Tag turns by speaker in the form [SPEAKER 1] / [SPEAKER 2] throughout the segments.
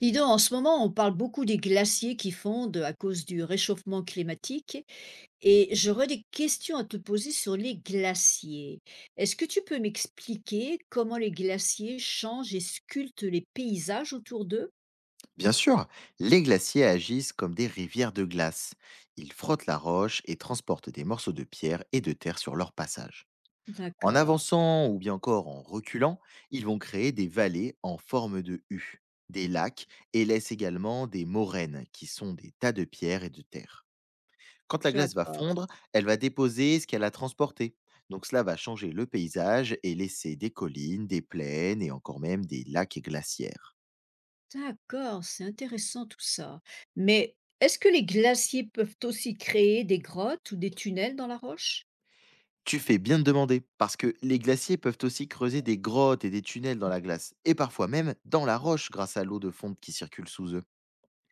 [SPEAKER 1] Dis donc, en ce moment, on parle beaucoup des glaciers qui fondent à cause du réchauffement climatique et j'aurais des questions à te poser sur les glaciers. Est-ce que tu peux m'expliquer comment les glaciers changent et sculptent les paysages autour d'eux?
[SPEAKER 2] Bien sûr, les glaciers agissent comme des rivières de glace. Ils frottent la roche et transportent des morceaux de pierre et de terre sur leur passage. En
[SPEAKER 1] D'accord,
[SPEAKER 2] avançant ou bien encore en reculant, ils vont créer des vallées en forme de U, des lacs et laissent également des moraines qui sont des tas de pierres et de terre. Quand la glace va
[SPEAKER 1] d'accord,
[SPEAKER 2] fondre, elle va déposer ce qu'elle a transporté. Donc cela va changer le paysage et laisser des collines, des plaines et encore même des lacs glaciaires.
[SPEAKER 1] d'accord, c'est intéressant tout ça. Mais est-ce que les glaciers peuvent aussi créer des grottes ou des tunnels dans la roche?
[SPEAKER 2] Tu fais bien de demander, parce que les glaciers peuvent aussi creuser des grottes et des tunnels dans la glace, et parfois même dans la roche grâce à l'eau de fonte qui circule sous eux.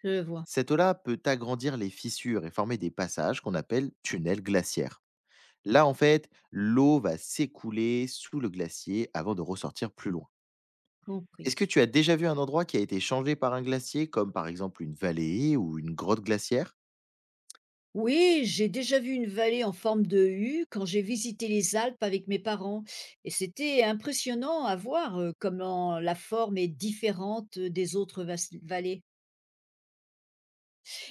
[SPEAKER 1] Je vois,
[SPEAKER 2] Cette eau-là peut agrandir les fissures et former des passages qu'on appelle tunnels glaciaires. Là, en fait, l'eau va s'écouler sous le glacier avant de ressortir plus loin.
[SPEAKER 1] compris.
[SPEAKER 2] Est-ce que tu as déjà vu un endroit qui a été changé par un glacier, comme par exemple une vallée ou une grotte glaciaire?
[SPEAKER 1] Oui, j'ai déjà vu une vallée en forme de U quand j'ai visité les Alpes avec mes parents. Et c'était impressionnant à voir, comment la forme est différente, des vallées.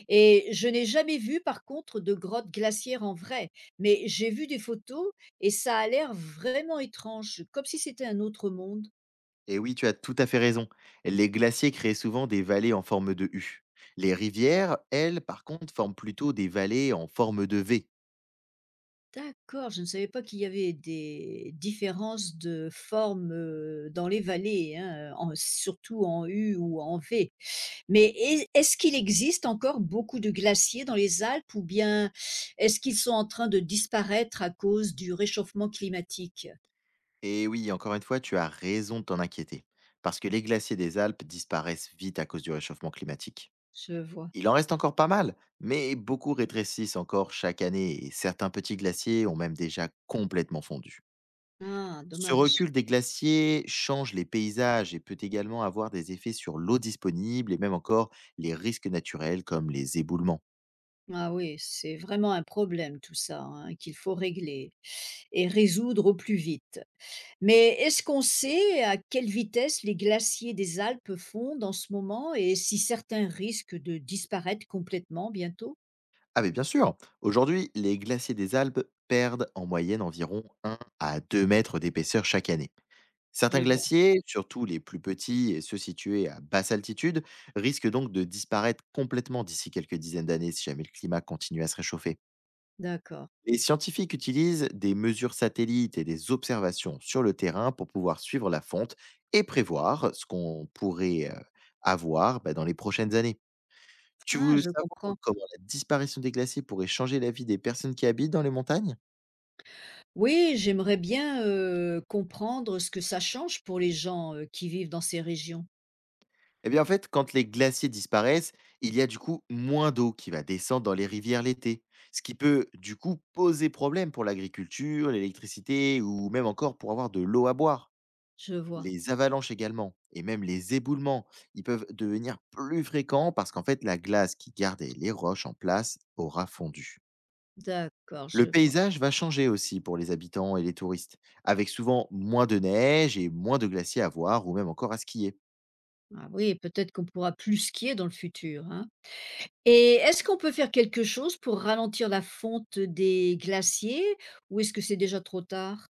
[SPEAKER 1] Et je n'ai jamais vu, par contre, de grottes glaciaires en vrai. Mais j'ai vu des photos et ça a l'air vraiment étrange, comme si c'était un autre monde.
[SPEAKER 2] Et oui, tu as tout à fait raison. Les glaciers créent souvent des vallées en forme de U. Les rivières, elles, par contre, forment plutôt des vallées en forme de V.
[SPEAKER 1] D'accord, je ne savais pas qu'il y avait des différences de forme, dans les vallées, hein, en surtout en U ou en V. Mais est-ce qu'il existe encore beaucoup de glaciers dans les Alpes ou bien est-ce qu'ils sont en train de disparaître à cause du réchauffement climatique?
[SPEAKER 2] Et oui, encore une fois, tu as raison de t'en inquiéter, parce que les glaciers des Alpes disparaissent vite à cause du réchauffement climatique.
[SPEAKER 1] Je vois.
[SPEAKER 2] Il en reste encore pas mal, mais beaucoup rétrécissent encore chaque année et certains petits glaciers ont même déjà complètement fondu.
[SPEAKER 1] Ah
[SPEAKER 2] Ce
[SPEAKER 1] dommage.
[SPEAKER 2] recul des glaciers change les paysages et peut également avoir des effets sur l'eau disponible et même encore les risques naturels comme les éboulements.
[SPEAKER 1] Ah oui, c'est vraiment un problème tout ça, hein, qu'il faut régler et résoudre au plus vite. Mais est-ce qu'on sait à quelle vitesse les glaciers des Alpes fondent en ce moment et si certains risquent de disparaître complètement bientôt?
[SPEAKER 2] Ah mais bien sûr, aujourd'hui, les glaciers des Alpes perdent en moyenne environ 1 à 2 mètres d'épaisseur chaque année.
[SPEAKER 1] Je
[SPEAKER 2] Certains
[SPEAKER 1] vois,
[SPEAKER 2] glaciers, surtout les plus petits et ceux situés à basse altitude, risquent donc de disparaître complètement d'ici quelques dizaines d'années si jamais le climat continue à se réchauffer.
[SPEAKER 1] d'accord.
[SPEAKER 2] Les scientifiques utilisent des mesures satellites et des observations sur le terrain pour pouvoir suivre la fonte et prévoir ce qu'on pourrait avoir dans les prochaines années. Tu
[SPEAKER 1] Ah,
[SPEAKER 2] veux
[SPEAKER 1] je
[SPEAKER 2] savoir
[SPEAKER 1] comprends.
[SPEAKER 2] comment la disparition des glaciers pourrait changer la vie des personnes qui habitent dans les montagnes?
[SPEAKER 1] Oui, j'aimerais bien, comprendre ce que ça change pour les gens, qui vivent dans ces régions.
[SPEAKER 2] Eh bien en fait, quand les glaciers disparaissent, il y a du coup moins d'eau qui va descendre dans les rivières l'été, ce qui peut du coup poser problème pour l'agriculture, l'électricité ou même encore pour avoir de l'eau à boire.
[SPEAKER 1] Je vois,
[SPEAKER 2] Les avalanches également et même les éboulements, ils peuvent devenir plus fréquents parce qu'en fait la glace qui gardait les roches en place aura fondu.
[SPEAKER 1] d'accord,
[SPEAKER 2] Le
[SPEAKER 1] je vois.
[SPEAKER 2] paysage va changer aussi pour les habitants et les touristes, avec souvent moins de neige et moins de glaciers à voir ou même encore à skier.
[SPEAKER 1] Ah oui, peut-être qu'on pourra plus skier dans le futur, hein. Et est-ce qu'on peut faire quelque chose pour ralentir la fonte des glaciers ou est-ce que c'est déjà trop tard?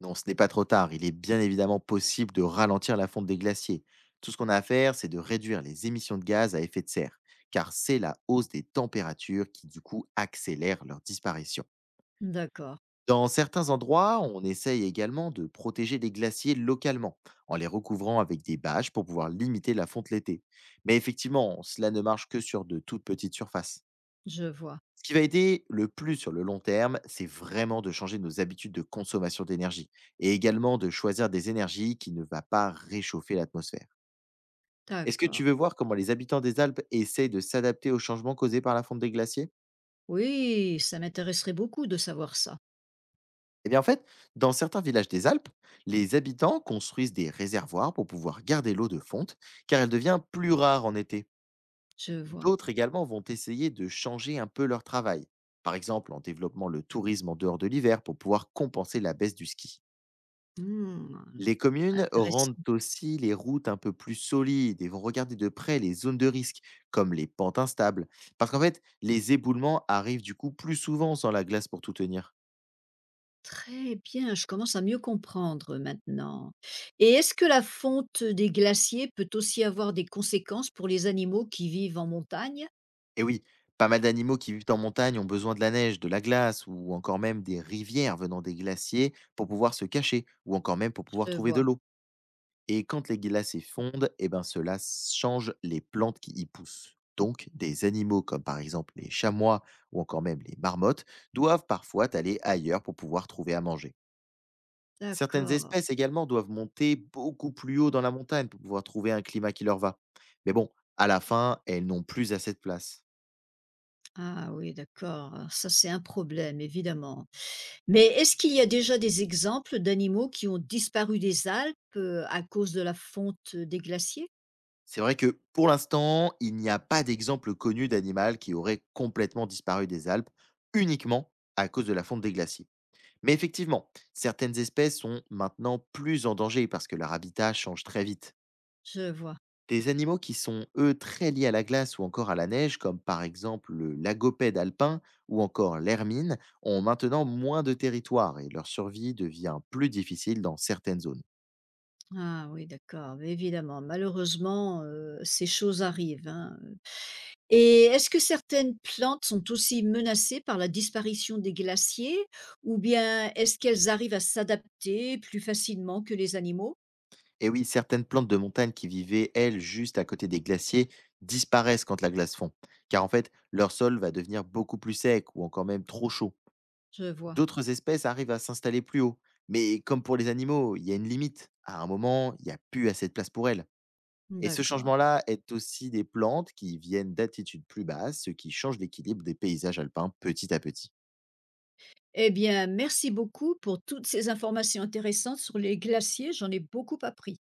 [SPEAKER 2] Non, ce n'est pas trop tard, il est bien évidemment possible de ralentir la fonte des glaciers. Tout ce qu'on a à faire, c'est de réduire les émissions de gaz à effet de serre, car c'est la hausse des températures qui du coup accélère leur disparition.
[SPEAKER 1] D'accord,
[SPEAKER 2] Dans certains endroits, on essaye également de protéger les glaciers localement, en les recouvrant avec des bâches pour pouvoir limiter la fonte l'été. Mais effectivement, cela ne marche que sur de toutes petites surfaces.
[SPEAKER 1] je vois.
[SPEAKER 2] Ce qui va aider le plus sur le long terme, c'est vraiment de changer nos habitudes de consommation d'énergie et également de choisir des énergies qui ne va pas réchauffer l'atmosphère. Est-ce que
[SPEAKER 1] D'accord.
[SPEAKER 2] tu veux voir comment les habitants des Alpes essayent de s'adapter aux changements causés par la fonte des glaciers?
[SPEAKER 1] Oui, ça m'intéresserait beaucoup de savoir ça.
[SPEAKER 2] Eh bien, en fait, dans certains villages des Alpes, les habitants construisent des réservoirs pour pouvoir garder l'eau de fonte, car elle devient plus rare en été.
[SPEAKER 1] Je vois.
[SPEAKER 2] D'autres également vont essayer de changer un peu leur travail, par exemple en développant le tourisme en dehors de l'hiver pour pouvoir compenser la baisse du ski.
[SPEAKER 1] Hmm,
[SPEAKER 2] Les communes rendent
[SPEAKER 1] intéressant.
[SPEAKER 2] aussi les routes un peu plus solides et vont regarder de près les zones de risque, comme les pentes instables, parce qu'en fait, les éboulements arrivent du coup plus souvent sans la glace pour tout tenir.
[SPEAKER 1] Très bien, je commence à mieux comprendre maintenant. Et est-ce que la fonte des glaciers peut aussi avoir des conséquences pour les animaux qui vivent en montagne?
[SPEAKER 2] Et oui, pas mal d'animaux qui vivent en montagne ont besoin de la neige, de la glace ou encore même des rivières venant des glaciers pour pouvoir se cacher ou encore même pour pouvoir
[SPEAKER 1] Je
[SPEAKER 2] trouver de
[SPEAKER 1] vois.
[SPEAKER 2] l'eau. Et quand les glaciers fondent, eh ben cela change les plantes qui y poussent. Donc, des animaux comme par exemple les chamois ou encore même les marmottes doivent parfois aller ailleurs pour pouvoir trouver à manger. Certaines
[SPEAKER 1] D'accord.
[SPEAKER 2] espèces également doivent monter beaucoup plus haut dans la montagne pour pouvoir trouver un climat qui leur va. Mais bon, à la fin, elles n'ont plus assez de place.
[SPEAKER 1] Ah oui, d'accord. Ça, c'est un problème, évidemment. Mais est-ce qu'il y a déjà des exemples d'animaux qui ont disparu des Alpes, à cause de la fonte des glaciers?
[SPEAKER 2] C'est vrai que pour l'instant, il n'y a pas d'exemple connu d'animal qui aurait complètement disparu des Alpes uniquement à cause de la fonte des glaciers. Mais effectivement, certaines espèces sont maintenant plus en danger parce que leur habitat change très vite.
[SPEAKER 1] Je vois.
[SPEAKER 2] Des animaux qui sont, eux, très liés à la glace ou encore à la neige, comme par exemple le lagopède alpin ou encore l'hermine, ont maintenant moins de territoire et leur survie devient plus difficile dans certaines zones.
[SPEAKER 1] Ah oui, d'accord, mais évidemment, malheureusement, ces choses arrivent, hein, et est-ce que certaines plantes sont aussi menacées par la disparition des glaciers ou bien est-ce qu'elles arrivent à s'adapter plus facilement que les animaux?
[SPEAKER 2] Et oui, certaines plantes de montagne qui vivaient, elles, juste à côté des glaciers, disparaissent quand la glace fond, car en fait, leur sol va devenir beaucoup plus sec ou encore même trop chaud.
[SPEAKER 1] Je vois,
[SPEAKER 2] D'autres espèces arrivent à s'installer plus haut, mais comme pour les animaux, il y a une limite. À un moment, il n'y a plus assez de place pour elles. Et ce
[SPEAKER 1] d'accord.
[SPEAKER 2] changement-là est aussi des plantes qui viennent d'altitudes plus basses, ce qui change l'équilibre des paysages alpins petit à petit.
[SPEAKER 1] Eh bien, merci beaucoup pour toutes ces informations intéressantes sur les glaciers, j'en ai beaucoup appris.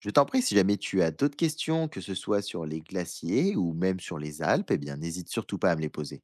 [SPEAKER 2] Je t'en prie, si jamais tu as d'autres questions, que ce soit sur les glaciers ou même sur les Alpes, eh bien, n'hésite surtout pas à me les poser.